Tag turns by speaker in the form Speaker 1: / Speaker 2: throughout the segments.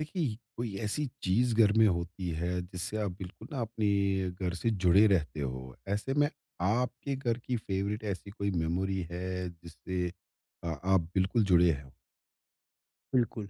Speaker 1: देखिए, कोई ऐसी चीज़ घर में होती है जिससे आप बिल्कुल ना अपने घर से जुड़े रहते हो। ऐसे में आपके घर की फ़ेवरेट ऐसी कोई मेमोरी है जिससे आप बिल्कुल जुड़े हो?
Speaker 2: बिल्कुल।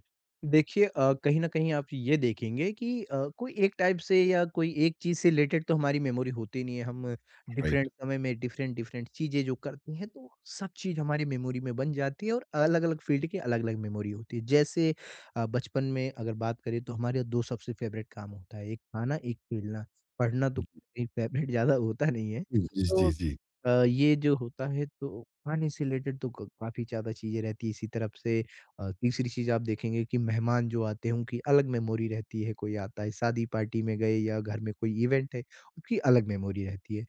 Speaker 2: देखिए कहीं न कहीं आप ये देखेंगे कि कोई एक टाइप से या कोई एक चीज़ से रिलेटेड तो हमारी मेमोरी होती नहीं है। हम
Speaker 1: राइट।
Speaker 2: डिफ़रेंट समय में डिफ़रेंट-डिफ़रेंट चीज़ें जो करते हैं, तो सब चीज़ हमारी मेमोरी में बन जाती है और अलग-अलग फ़ील्ड की अलग-अलग मेमोरी होती है। जैसे बचपन में अगर बात करें तो हमारे 2 सबसे फ़ेवरेट काम होता है, एक खाना, एक खेलना। पढ़ना तो फेवरेट ज़्यादा होता नहीं है।
Speaker 1: जी,
Speaker 2: तो
Speaker 1: जी, जी।
Speaker 2: ये जो होता है तो खाने से रिलेटेड तो क काफ़ी ज़्यादा चीज़ें रहती है। इसी तरफ से तीसरी चीज़ आप देखेंगे कि मेहमान जो आते हैं उनकी अलग मेमोरी रहती है। कोई आता है शादी पार्टी में गए या घर में कोई इवेंट है, उसकी अलग मेमोरी रहती है।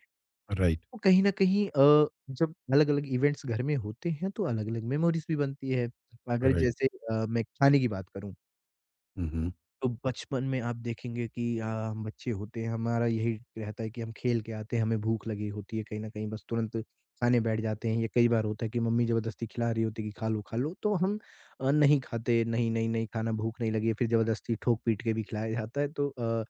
Speaker 1: राइट,
Speaker 2: तो कहीं न कहीं जब अलग-अलग इवेंट्स घर में होते हैं तो अलग-अलग मेमोरीज़ भी बनती है। अगर
Speaker 1: राइट।
Speaker 2: जैसे मैं खाने की बात करूँ
Speaker 1: हुँ, हुँ।
Speaker 2: तो बचपन में आप देखेंगे कि हम बच्चे होते हैं, हमारा यही रहता है कि हम खेल के आते हैं, हमें भूख लगी होती है कहीं न कहीं, बस तुरंत खाने बैठ जाते हैं या कई बार होता है कि मम्मी ज़बरदस्ती खिला रही होती है कि खा लो, तो हम नहीं खाते, नहीं, नहीं, नहीं खाना, भूख नहीं लगी है, फिर ज़बरदस्ती ठोक-पीट के भी खिलाया जाता है, तो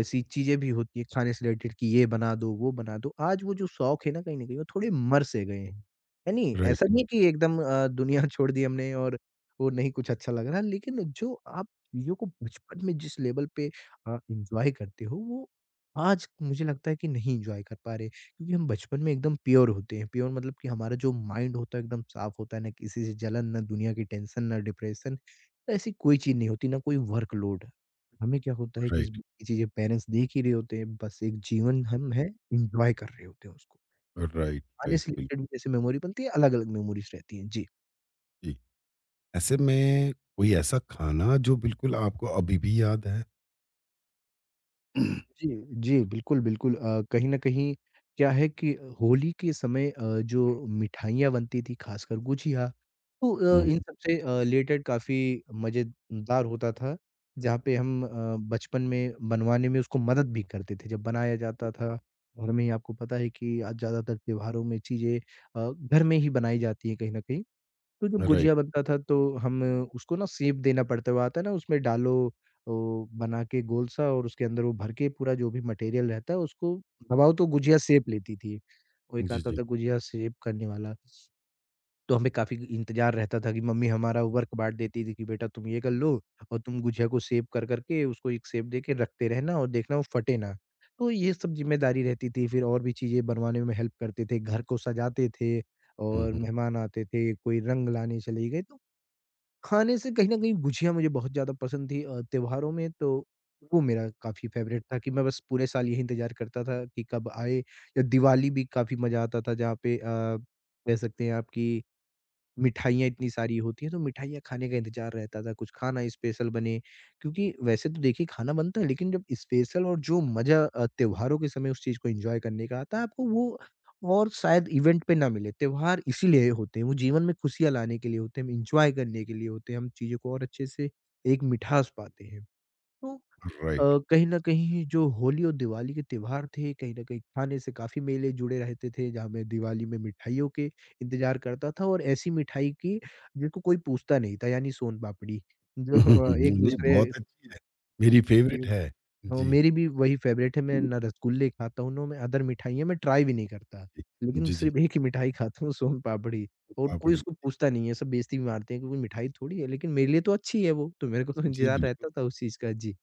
Speaker 2: ऐसी चीज़ें भी होती हैं खाने से रिलेटेड कि ये बना दो, वो बना दो। आज वो जो शौक है ना कहीं न कहीं वो थोड़े मर से गए हैं, है नहीं? ऐसा
Speaker 1: राइट,
Speaker 2: नहीं है कि एकदम दुनिया छोड़ दी हमने और वो नहीं कुछ अच्छा लग रहा, लेकिन जो आप चीज़ों को बचपन में जिस लेवल पे एन्जॉय करते हो वो आज मुझे लगता है कि नहीं एन्जॉय कर पा रहे क्योंकि हम बचपन में एकदम प्योर होते हैं। प्योर मतलब कि हमारा जो माइंड होता है एकदम साफ होता है, ना किसी से जलन, ना दुनिया की टेंशन, ना डिप्रेशन। ऐसी कोई चीज़ नहीं होती, ना कोई वर्कलोड। हमें क्या होता है कि इस
Speaker 1: राइट,
Speaker 2: ये चीज़ें पेरेंट्स देख ही रहे होते हैं, बस एक जीवन हम है एन्जॉय कर रहे होते हैं उसको।
Speaker 1: राइट, राइट,
Speaker 2: खाने से
Speaker 1: बिल्कुल,
Speaker 2: रिलेटेड भी जैसे मेमोरी बनती है, अलग-अलग मेमोरीज़ रहती हैं। जी।
Speaker 1: जी। ऐसे में कोई ऐसा खाना जो बिल्कुल आपको अभी भी याद है?
Speaker 2: जी, जी, बिल्कुल, बिल्कुल कहीं न कहीं क्या है कि होली के समय जो मिठाइयाँ बनती थी, खासकर गुझिया, तो
Speaker 1: हुँ,
Speaker 2: इन सब से रिलेटेड काफ़ी मज़ेदार होता था, जहाँ पे हम बचपन में बनवाने में उसको मदद भी करते थे, जब बनाया जाता था। घर में ही आपको पता है कि आज ज़्यादातर त्योहारों में चीज़ें घर में ही बनाई जाती हैं कहीं न कहीं। तो जब
Speaker 1: राइट।
Speaker 2: गुजिया बनता था तो हम उसको ना शेप देना पड़ता है, वो आता है ना उसमें डालो वो बना के गोल सा और उसके अंदर वो भर के पूरा जो भी मटेरियल रहता है उसको दबाओ तो गुजिया शेप लेती थी। वो एक
Speaker 1: जी,
Speaker 2: आता
Speaker 1: जी।
Speaker 2: था गुजिया शेप करने वाला। तो हमें काफ़ी इंतज़ार रहता था कि मम्मी हमारा वर्क बाँट देती थी कि बेटा तुम ये कर लो और तुम गुझिया को सेव कर कर के उसको एक सेव दे के रखते रहना और देखना वो फटे ना। तो ये सब ज़िम्मेदारी रहती थी फिर और भी चीज़ें बनवाने में हेल्प करते थे, घर को सजाते थे
Speaker 1: हुँ,
Speaker 2: और
Speaker 1: हुँ,
Speaker 2: मेहमान आते थे, कोई रंग लाने चले गए तो खाने से कहीं न कहीं गुझिया मुझे बहुत ज़्यादा पसंद थी त्योहारों में तो वो मेरा काफ़ी फ़ेवरेट था कि मैं बस पूरे साल यही इंतज़ार करता था कि कब आए या दिवाली भी काफ़ी मज़ा आता था जहाँ पे कह सकते हैं आप कि मिठाइयाँ इतनी सारी होती हैं, तो मिठाइयाँ खाने का इंतज़ार रहता था, कुछ खाना स्पेशल बने। क्योंकि वैसे तो देखिए खाना बनता है, लेकिन जब स्पेशल और जो मज़ा त्योहारों के समय उस चीज़ को एन्जॉय करने का आता है, आपको वो और शायद इवेंट पे ना मिले। त्योहार इसीलिए होते हैं, वो जीवन में खुशियाँ लाने के लिए होते हैं, हम एन्जॉय करने के लिए होते हैं, हम चीज़ों को और अच्छे से एक मिठास पाते हैं। तो
Speaker 1: राइट।
Speaker 2: अ, कहीं न कहीं जो होली और दिवाली के त्योहार थे, कहीं न कहीं खाने से काफ़ी मेले जुड़े रहते थे, जहाँ मैं दिवाली में मिठाइयों के इंतज़ार करता था और ऐसी मिठाई की जिनको कोई पूछता नहीं था, यानी सोन पापड़ी, जो
Speaker 1: नहीं,
Speaker 2: एक-दूसरे
Speaker 1: बहुत अच्छी है। मेरी
Speaker 2: की
Speaker 1: फ़ेवरेट है।
Speaker 2: हाँ,
Speaker 1: जी।
Speaker 2: मेरी भी वही फ़ेवरेट है, मैं
Speaker 1: हुँ,
Speaker 2: ना रसगुल्ले खाता हूँ, ना मैं अदर मिठाइयाँ मैं ट्राई भी नहीं करता,
Speaker 1: जी।
Speaker 2: लेकिन
Speaker 1: जी, जी।
Speaker 2: सिर्फ़ एक ही मिठाई खाता हूँ सोन पापड़ी और कोई
Speaker 1: पापड़ी।
Speaker 2: उसको पूछता नहीं है, सब बेइज़्ती भी मारते हैं, क्योंकि मिठाई थोड़ी है, लेकिन मेरे लिए तो अच्छी है वो, तो मेरे को तो
Speaker 1: जी,
Speaker 2: इंतज़ार
Speaker 1: बिल्कुल।
Speaker 2: रहता था उस चीज़ का। जी।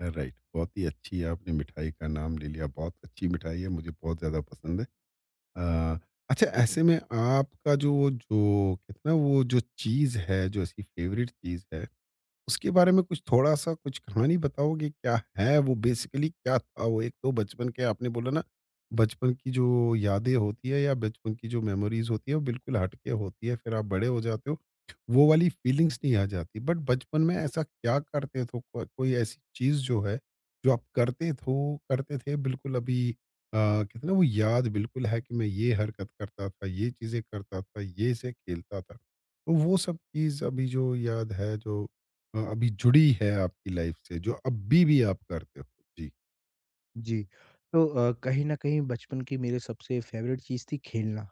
Speaker 1: राइट, बहुत ही अच्छी है, आपने मिठाई का नाम ले लिया। बहुत अच्छी मिठाई है, मुझे बहुत ज़्यादा पसंद है। अ, अच्छा, ऐसे में आपका जो जो कहते हैं ना वो जो चीज़ है, जो ऐसी फ़ेवरेट चीज़ है उसके बारे में कुछ थोड़ा-सा कुछ कहानी बताओगे क्या है वो, बेसिकली क्या था वो? एक तो बचपन के आपने बोला ना, बचपन की जो यादें होती है या बचपन की जो मेमोरीज़ होती है वो बिल्कुल हट के होती है, फिर आप बड़े हो जाते हो, वो वाली फीलिंग्स नहीं आ जाती। बट बचपन में ऐसा क्या करते थे को कोई ऐसी चीज़ जो है, जो आप करते थो करते थे बिल्कुल अभी कहते हैं ना वो याद बिल्कुल है कि मैं ये हरकत करता था, ये चीज़ें करता था, ये से खेलता था। तो वो सब चीज़ अभी जो याद है जो अभी जुड़ी है आपकी लाइफ से, जो अभी भी आप करते हो? जी।
Speaker 2: जी। तो कहीं न कहीं बचपन की मेरे सबसे फ़ेवरेट चीज़ थी खेलना।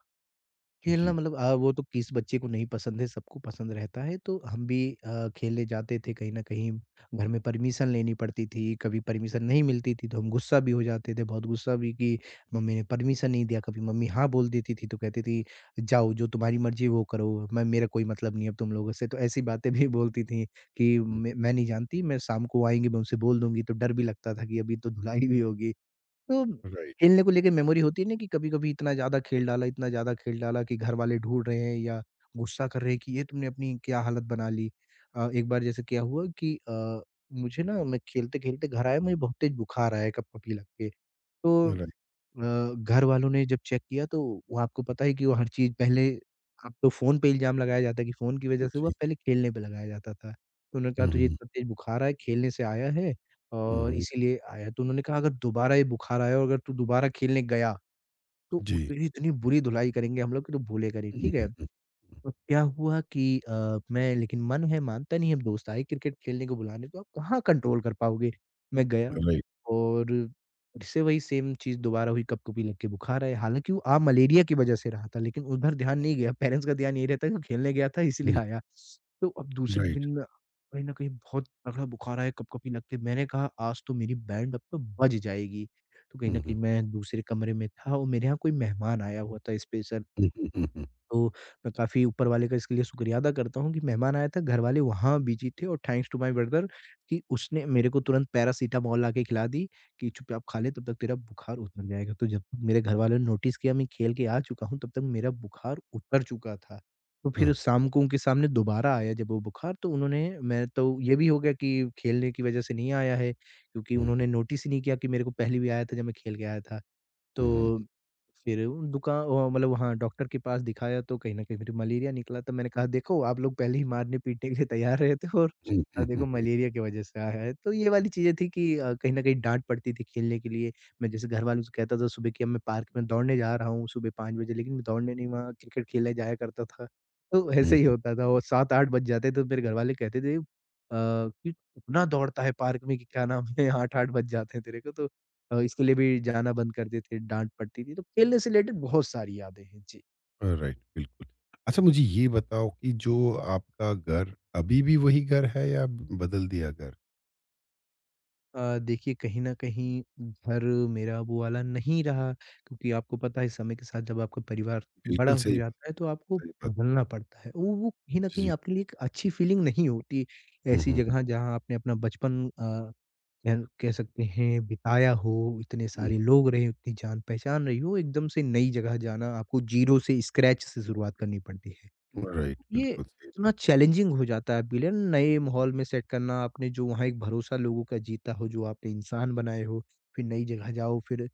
Speaker 2: खेलना
Speaker 1: जी।
Speaker 2: मतलब वो तो किस बच्चे को नहीं पसंद है, सबको पसंद रहता है। तो हम भी खेलने जाते थे कहीं न कहीं, घर में परमिशन लेनी पड़ती थी, कभी परमिशन नहीं मिलती थी तो हम गुस्सा भी हो जाते थे, बहुत गुस्सा भी कि मम्मी ने परमिशन नहीं दिया, कभी मम्मी हाँ बोल देती थी तो कहती थी, "जाओ जो तुम्हारी मर्ज़ी है वो करो, मैं मेरा कोई मतलब नहीं है अब तुम लोगों से।" तो ऐसी बातें भी बोलती थी कि
Speaker 1: हुँ।
Speaker 2: मैं नहीं जानती, मैं शाम को आएँगी मैं उनसे बोल दूँगी, तो डर भी लगता था कि अभी तो धुलाई भी होगी। तो
Speaker 1: राइट,
Speaker 2: खेलने को लेके मेमोरी होती है ना कि कभी-कभी इतना ज़्यादा खेल डाला, इतना ज़्यादा खेल डाला कि घरवाले ढूँढ रहे हैं या गुस्सा कर रहे हैं कि ये तुमने अपनी क्या हालत बना ली। एक बार जैसे क्या हुआ कि मुझे ना मैं खेलते-खेलते घर आया मुझे बहुत तेज़ बुखार आया, कँपकँपी लग के। तो
Speaker 1: राइट।
Speaker 2: घर वालों ने जब चेक किया तो वो आपको पता है कि वो हर चीज़ पहले अब तो फ़ोन पे इल्ज़ाम लगाया जाता है कि फ़ोन की वज़ह से हुआ,
Speaker 1: जी।
Speaker 2: पहले खेलने पे लगाया जाता था। तो उन्होंने कहा
Speaker 1: हुँ,
Speaker 2: तुझे
Speaker 1: हुँ,
Speaker 2: इतना तेज़ बुखार आया, खेलने से आया है
Speaker 1: हुँ,
Speaker 2: और
Speaker 1: हुँ।
Speaker 2: इसीलिए आया है। तो उन्होंने कहा अगर दोबारा ये बुखार आया और अगर तू दोबारा खेलने गया, तो उ
Speaker 1: जी।
Speaker 2: तेरी इतनी बुरी धुलाई करेंगे हम लोग कि तू भूलेगा नहीं,
Speaker 1: हुँ,
Speaker 2: ठीक है?
Speaker 1: हुँ, हुँ, हुँ।
Speaker 2: तो क्या हुआ कि मैं लेकिन मन है मानता नहीं है, अब दोस्त आए क्रिकेट खेलने को बुलाने तो आप कहाँ कंट्रोल कर पाओगे? मैं गया
Speaker 1: राइट।
Speaker 2: और फिर से वही सेम चीज़ दोबारा हुई, कँपकँपी लग के बुखार आया। हालाँकि वो आ मलेरिया की वज़ह से रहा था लेकिन उधर ध्यान नहीं गया, पेरेंट्स का ध्यान यही रहता है कि खेलने गया था इसीलिए
Speaker 1: हुँ।
Speaker 2: आया। तो अब दूसरे
Speaker 1: राइट।
Speaker 2: दिन कहीं न कहीं बहुत तगड़ा बुखार आया, कँपकँपी लग के मैंने कहा आज तो मेरी बैंड अब तो बज जाएगी। तो कहीं न
Speaker 1: हुँ,
Speaker 2: कहीं
Speaker 1: हुँ,
Speaker 2: मैं दूसरे कमरे में था और मेरे यहाँ कोई मेहमान आया हुआ था स्पेशल।
Speaker 1: हुँ, हुँ, हुँ, हुँ।
Speaker 2: तो मैं काफ़ी ऊपर वाले का इसके लिए शुक्रिया अदा करता हूँ कि मेहमान आया था, घरवाले वहाँ बिज़ी थे और थैंक्स टू माय ब्रदर कि उसने मेरे को तुरंत पैरासिटामॉल लाके खिला दी कि, "चुपचाप खा ले, तब तक तेरा बुखार उतर जाएगा।" तो जब तक मेरे घरवालों ने नोटिस किया मैं खेल के आ चुका हूँ, तब तक मेरा बुखार उतर चुका था। तो
Speaker 1: हाँ।
Speaker 2: फिर शाम को उनके सामने दोबारा आया जब वो बुखार तो उन्होंने मैं तो ये भी हो गया कि खेलने की वज़ह से नहीं आया है, क्योंकि
Speaker 1: हुँ, हुँ,
Speaker 2: उन्होंने नोटिस ही नहीं किया कि मेरे को पहले भी आया था जब मैं खेल के आया था। तो
Speaker 1: हुँ, हुँ,
Speaker 2: फिर उन दुका ओ मतलब वहाँ डॉक्टर के पास दिखाया तो कहीं न कहीं फिर मलेरिया निकला तो मैंने कहा देखो आप लोग पहले ही मारने-पीटने के लिए तैयार रहते हो और
Speaker 1: हुँ,
Speaker 2: देखो
Speaker 1: हुँ,
Speaker 2: मलेरिया की वज़ह से आया है। तो ये वाली चीज़ें थी कि कहीं न कहीं डाँट पड़ती थी खेलने के लिए। मैं जैसे घरवालों से कहता था सुबह कि अब मैं पार्क में दौड़ने जा रहा हूँ सुबह 5 बजे लेकिन मैं दौड़ने नहीं वहाँ क्रिकेट खेलने जाया करता था। तो ऐसे
Speaker 1: हुँ,
Speaker 2: ही
Speaker 1: हुँ।
Speaker 2: होता था और 7-8 बज जाते तो मेरे घरवाले कहते थे कि इतना दौड़ता है पार्क में कि क्या नाम है 8-8 बज जाते हैं तेरे को तो इसके लिए भी जाना बंद कर देते, डाँट पड़ती थी, तो खेलने से रिलेटेड बहुत सारी यादें हैं। जी।
Speaker 1: राइट, बिल्कुल। अच्छा, मुझे ये बताओ कि जो आपका घर अभी भी वही घर है या बदल दिया घर?
Speaker 2: देखिए कहीं न कहीं घर मेरा वो वाला नहीं रहा क्योंकि आपको पता है समय के साथ जब आपका परिवार बड़ा
Speaker 1: बिल्कुल
Speaker 2: हो
Speaker 1: सही बात,
Speaker 2: जाता है तो आपको
Speaker 1: सही बात।
Speaker 2: बदलना पड़ता है। वो कहीं न
Speaker 1: जी,
Speaker 2: कहीं
Speaker 1: जी।
Speaker 2: आपके लिए एक अच्छी फीलिंग नहीं होती,
Speaker 1: हुँ,
Speaker 2: ऐसी
Speaker 1: हुँ, हुँ,
Speaker 2: जगह जहाँ आपने अपना बचपन कह कह सकते हैं बिताया हो, इतने सारे लोग रहे, उतनी जान-पहचान रही हो, एकदम से नई जगह जाना, आपको ज़ीरो से स्क्रैच से शुरुआत करनी पड़ती है।
Speaker 1: हुँ। राइट,
Speaker 2: ये
Speaker 1: बिल्कुल सही
Speaker 2: इतना
Speaker 1: बात।
Speaker 2: चैलेंजिंग हो जाता है विलेन नए माहौल में सेट करना आपने जो वहाँ एक भरोसा लोगों का जीता हो जो आपने इंसान बनाए हो फिर नई जगह जाओ फिर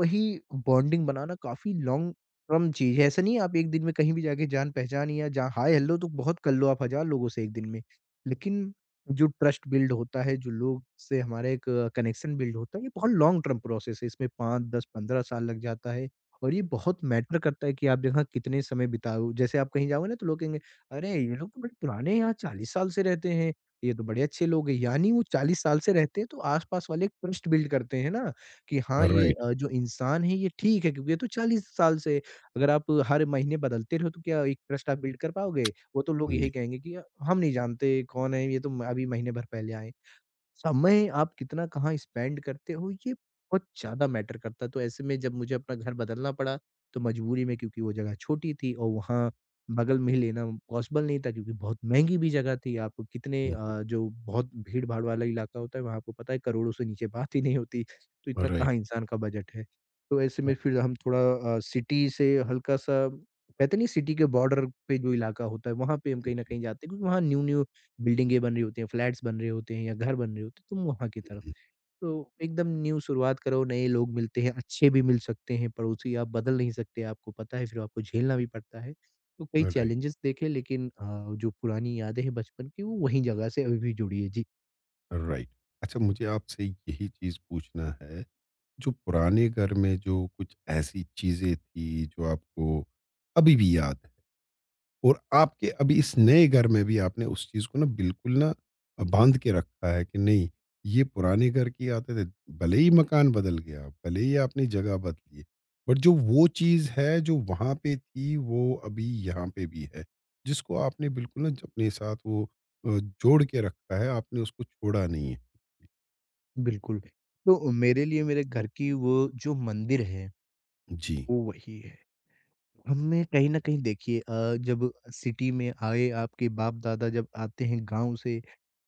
Speaker 2: वही बॉन्डिंग बनाना काफ़ी लॉन्ग टर्म चीज़ है। ऐसा नहीं है आप एक दिन में कहीं भी जाके जान-पहचान या जहाँ हाय-हेलो तो बहुत कर लो आप 1,000 लोगों से एक दिन में। लेकिन जो ट्रस्ट बिल्ड होता है, जो लोग से हमारा एक कनेक्शन बिल्ड होता है, ये बहुत लॉन्ग टर्म प्रोसेस है। इसमें 5, 10, 15 साल लग जाता है और ये बहुत मैटर करता है कि आप यहाँ कितने समय बिताओ। जैसे आप कहीं जाओगे ना तो लोग कहेंगे, "अरे! ये लोग तो बड़े पुराने हैं, यहाँ 40 साल से रहते हैं। ये तो बड़े अच्छे लोग हैं।" यानी वो 40 साल से रहते हैं तो आस-पास वाले एक ट्रस्ट बिल्ड करते हैं ना कि हाँ, ये
Speaker 1: राइट।
Speaker 2: जो इंसान है ये ठीक है क्योंकि ये तो 40 साल से अगर आप हर महीने बदलते रहो तो क्या एक ट्रस्ट आप बिल्ड कर पाओगे? वो तो लोग यही
Speaker 1: जी।
Speaker 2: कहेंगे कि हम नहीं जानते कौन है, ये तो म अभी महीने भर पहले आए हैं।" समय आप कितना कहाँ स्पेंड करते हो ये बहुत ज़्यादा मैटर करता है। तो ऐसे में जब मुझे अपना घर बदलना पड़ा तो मजबूरी में क्योंकि वो जगह छोटी थी और वहाँ बगल में ही लेना पॉसिबल नहीं था क्योंकि बहुत महंगी भी जगह थी। आपको कितने
Speaker 1: हुँ, हुँ।
Speaker 2: जो बहुत भीड़ भाड़ वाला इलाका होता है वहाँ आपको पता है करोड़ों से नीचे बात ही नहीं होती। तो इतना
Speaker 1: राइट।
Speaker 2: कहाँ इंसान का बजट है। तो ऐसे में फिर हम थोड़ा सिटी से हल्का-सा कहते नहीं सिटी के बॉर्डर पे जो इलाका होता है वहाँ पे हम कहीं न
Speaker 1: जी,
Speaker 2: कहीं जाते हैं क्योंकि वहाँ न्यू-न्यू बिल्डिंगें बन रही होती हैं, फ्लैट्स बन रहे होते हैं या घर बन रहे होते हैं, तुम वहाँ की तरफ।
Speaker 1: हुँ,
Speaker 2: तो एकदम न्यू शुरुआत करो, नए लोग मिलते हैं, अच्छे भी मिल सकते हैं, पड़ोसी आप बदल नहीं सकते, आपको पता है, फिर आपको झेलना भी पड़ता है। तो कई
Speaker 1: हुँ। राइट,
Speaker 2: चैलेंजेस देखे लेकिन जो पुरानी यादें हैं बचपन की, वो वहीं जगह से अभी भी जुड़ी है। जी,
Speaker 1: राइट। अच्छा, मुझे आपसे यही चीज़ पूछना है, जो पुराने घर में जो कुछ ऐसी चीज़ें थी जो आपको अभी भी याद है? और आपके अभी इस नए घर में भी आपने उस चीज़ को ना बिल्कुल ना बांध के रखा है कि नहीं, ये पुराने घर की आदत है, भले ही मकान बदल गया, भले ही आपने जगह बदली, बट जो वो चीज़ है जो वहाँ पे थी वो अभी यहाँ पे भी है, जिसको आपने बिल्कुल ना अपने साथ वो जोड़ के रखा है, आपने उसको छोड़ा नहीं है।
Speaker 2: बिल्कुल। तो मेरे लिए मेरे घर की वो जो मंदिर है,
Speaker 1: जी।
Speaker 2: वो वही है। हमने कहीं न कहीं देखिए जब सिटी में आए, आपके बाप-दादा जब आते हैं गाँव से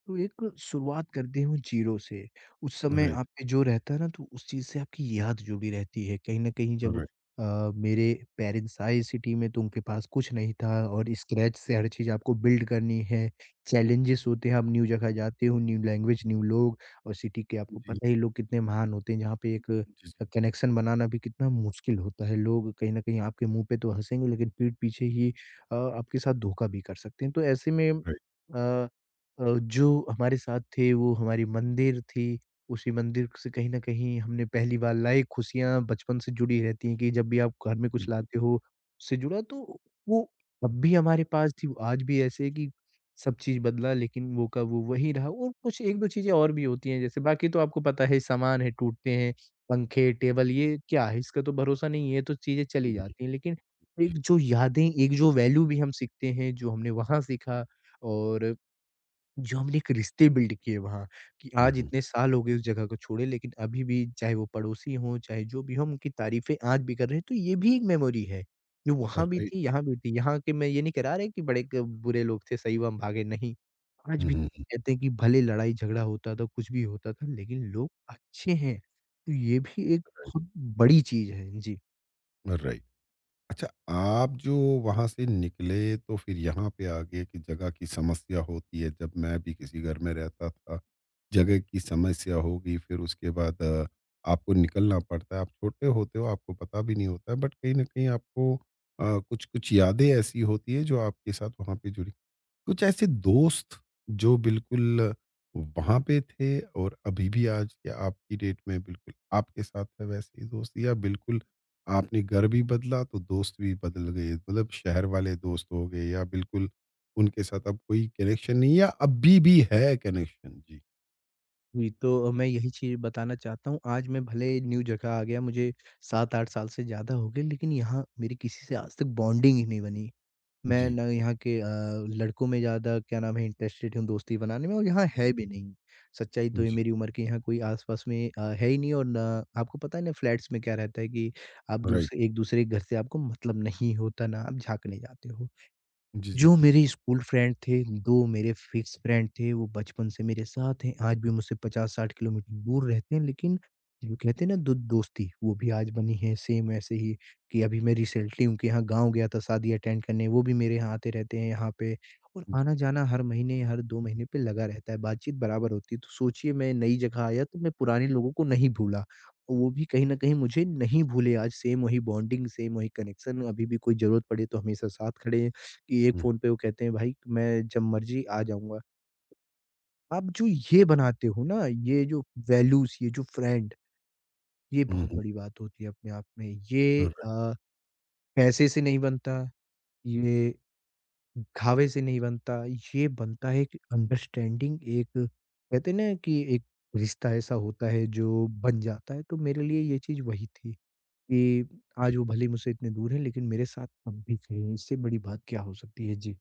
Speaker 2: तो एक शुरुआत करते हो जीरो से, उस समय
Speaker 1: राइट।
Speaker 2: आप पे जो रहता है ना तो उस चीज़ से आपकी याद जुड़ी रहती है। कहीं न कहीं जब
Speaker 1: राइट।
Speaker 2: मेरे पेरेंट्स आए सिटी में तो उनके पास कुछ नहीं था और स्क्रैच से हर चीज़ आपको बिल्ड करनी है। चैलेंजेस होते हैं, आप न्यू जगह जाते हो, न्यू लैंग्वेज, न्यू लोग और सिटी के आपको
Speaker 1: जी,
Speaker 2: पता ही लोग कितने महान होते हैं, जहाँ पे एक
Speaker 1: जी, जी।
Speaker 2: कनेक्शन बनाना भी कितना मुश्किल होता है। लोग कहीं न कहीं आपके मुँह पे तो हँसेंगे लेकिन पीठ पीछे ही आपके साथ धोखा भी कर सकते हैं। तो ऐसे में
Speaker 1: राइट।
Speaker 2: जो हमारे साथ थे वो हमारी मंदिर थी। उसी मंदिर से कहीं न कहीं हमने पहली बार लाए खुशियाँ बचपन से जुड़ी रहती हैं कि जब भी आप घर में कुछ लाते हो, उससे जुड़ा तो वो तब भी हमारे पास थी, वो आज भी ऐसे है कि सब चीज़ बदला लेकिन वो का वो वही रहा और कुछ 1-2 चीज़ें और भी होती हैं जैसे बाकी तो आपको पता है सामान है, टूटते हैं, पंखे, टेबल ये क्या है इसका तो भरोसा नहीं है, ये तो चीज़ें चली
Speaker 1: जी।
Speaker 2: जाती हैं। लेकिन एक जो यादें, एक जो वैल्यू भी हम सीखते हैं, जो हमने वहाँ सीखा और जो हमने एक रिश्ते बिल्ड किए वहाँ, कि
Speaker 1: हम्म,
Speaker 2: आज
Speaker 1: हम्म,
Speaker 2: इतने साल हो गए उस जगह को छोड़े लेकिन अभी भी चाहे वो पड़ोसी हों, चाहे जो भी हों, हम उनकी तारीफ़ें आज भी कर रहे हैं, तो ये भी एक मेमोरी है, जो वहाँ
Speaker 1: राइट।
Speaker 2: भी थी। यहाँ के मैं ये नहीं करा रहे कि बड़े क बुरे लोग थे, सही हुआ हम भागे, नहीं। आज
Speaker 1: हम्म,
Speaker 2: भी
Speaker 1: हम्म,
Speaker 2: कहते हैं कि भले लड़ाई-झगड़ा होता था, कुछ भी होता था, लेकिन लोग अच्छे हैं। तो ये भी एक
Speaker 1: राइट।
Speaker 2: बहुत बड़ी चीज़ है। जी।
Speaker 1: राइट। अच्छा, आप जो वहाँ से निकले तो फिर यहाँ पे आ गए कि जगह की समस्या होती है। जब मैं भी किसी घर में रहता था, जगह की समस्या हो गई, फिर उसके बाद आपको निकलना पड़ता है। आप छोटे होते हो, आपको पता भी नहीं होता है, बट कहीं न कहीं आपको कुछ-कुछ यादें ऐसी होती है जो आपके साथ वहाँ पे जुड़ी, कुछ ऐसे दोस्त जो बिल्कुल वहाँ पे थे और अभी भी आज के आपकी डेट में बिल्कुल आपके साथ है, वैसे ही दोस्त, या बिल्कुल आपने घर भी बदला तो दोस्त भी बदल गए, मतलब शहर वाले दोस्त हो गए या बिल्कुल उनके साथ अब कोई कनेक्शन नहीं है या अभी भी है कनेक्शन। जी।
Speaker 2: जी, तो मैं यही चीज़ बताना चाहता हूँ। आज मैं भले न्यू जगह आ गया, मुझे 7-8 साल से ज़्यादा हो गए, लेकिन यहाँ मेरी किसी से आज तक बॉन्डिंग ही नहीं बनी। मैं
Speaker 1: जी,
Speaker 2: ना यहाँ के लड़कों में ज़्यादा क्या नाम है इंटरेस्टेड हूँ दोस्ती बनाने में और यहाँ है भी नहीं। सच्चाई तो ये
Speaker 1: जी,
Speaker 2: मेरी उम्र के यहाँ कोई आस-पास में है ही नहीं और ना आपको पता है ना फ्लैट्स में क्या रहता है कि आप
Speaker 1: राइट।
Speaker 2: दूसरे एक-दूसरे के घर से आपको मतलब नहीं होता ना आप झाँकने जाते हो।
Speaker 1: जी, जी,
Speaker 2: जो मेरे स्कूल फ्रेंड थे, 2 मेरे फिक्स फ्रेंड थे, वो बचपन से मेरे साथ हैं, आज भी मुझसे 50-60 किलोमीटर दूर रहते हैं, लेकिन जो कहते हैं ना दो दोस्ती, वो भी आज बनी है सेम ऐसे ही कि अभी मैं रिसेंटली उनके यहाँ गाँव गया था शादी अटेंड करने, वो भी मेरे यहाँ आते रहते हैं यहाँ पे और
Speaker 1: जी।
Speaker 2: आना-जाना हर महीने, हर 2 महीने पे लगा रहता है, बातचीत बराबर होती है। तो सोचिए मैं नई जगह आया तो मैं पुराने लोगों को नहीं भूला, और वो भी कहीं न कहीं मुझे नहीं भूले आज सेम वही बॉन्डिंग, सेम वही कनेक्शन, अभी भी कोई ज़रूरत पड़े तो हमेशा साथ खड़े हैं। कि एक
Speaker 1: हम्म,
Speaker 2: फ़ोन पे वो कहते हैं भाई मैं जब मर्ज़ी आ जाऊँगा। आप जो ये बनाते हो ना, ये जो वैल्यूज़ ये जो फ्रेंड ये
Speaker 1: हम्म,
Speaker 2: बहुत
Speaker 1: हम्म,
Speaker 2: बड़ी बात होती है अपने आप में। ये
Speaker 1: राइट।
Speaker 2: पैसे से नहीं बनता, ये दिखावे से नहीं बनता, ये बनता है एक अंडरस्टैंडिंग एक कहते हैं ना कि एक रिश्ता ऐसा होता है जो बन जाता है। तो मेरे लिए ये चीज़ वही थी कि आज वो भले ही मुझसे इतने दूर हैं लेकिन मेरे साथ अब भी थे। इससे बड़ी बात क्या हो सकती है? जी।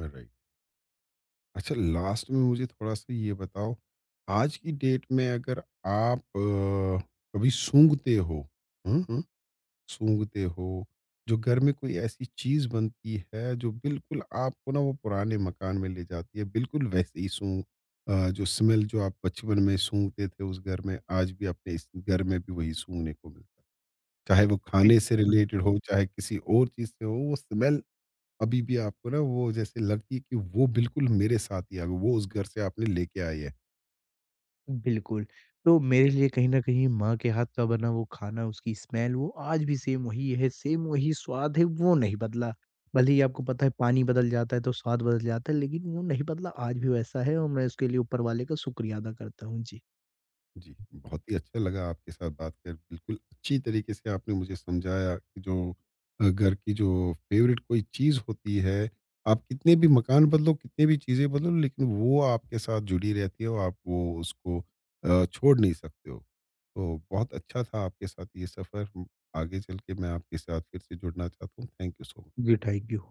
Speaker 1: राइट। अच्छा, लास्ट में मुझे थोड़ा-सा ये बताओ, आज की डेट में अगर आप कभी सूँघते हो, हुँ, हुँ, सूँघते हो, जो घर में कोई ऐसी चीज़ बनती है जो बिल्कुल आपको ना वो पुराने मकान में ले जाती है, बिल्कुल वैसे ही सूँ जो स्मेल जो आप बचपन में सूँघते थे उस घर में, आज भी अपने इस घर में भी वही सूँघने को मिलता है। चाहे वो खाने से
Speaker 2: बिल्कुल।
Speaker 1: रिलेटेड हो, चाहे किसी और चीज़ से हो, वो स्मेल अभी भी आपको ना वो जैसे लगती है कि वो बिल्कुल मेरे साथ ही आ गई, वो उस घर से आपने लेके आई है।
Speaker 2: बिल्कुल, तो मेरे लिए कहीं न कहीं माँ के हाथ का बना वो खाना, उसकी स्मेल वो आज भी सेम वही है, सेम वही स्वाद है, वो नहीं बदला। भले ही आपको पता है पानी बदल जाता है तो स्वाद बदल जाता है, लेकिन वो नहीं बदला, आज भी वैसा है और मैं उसके लिए ऊपर वाले का शुक्रिया अदा करता हूँ। जी।
Speaker 1: जी, बहुत ही अच्छा लगा आपके साथ बात कर, बिल्कुल अच्छी तरीके से आपने मुझे समझाया कि जो घर की जो फ़ेवरेट कोई चीज़ होती है, आप कितने भी मकान बदलो, कितनी भी चीज़ें बदलो, लेकिन वो आपके साथ जुड़ी रहती है और आप वो उसको छोड़ नहीं सकते हो। तो बहुत अच्छा था आपके साथ ये सफ़र, आगे चल के मैं आपके साथ फिर से जुड़ना चाहता हूँ। Thank you so much.
Speaker 2: जी, थैंक यू।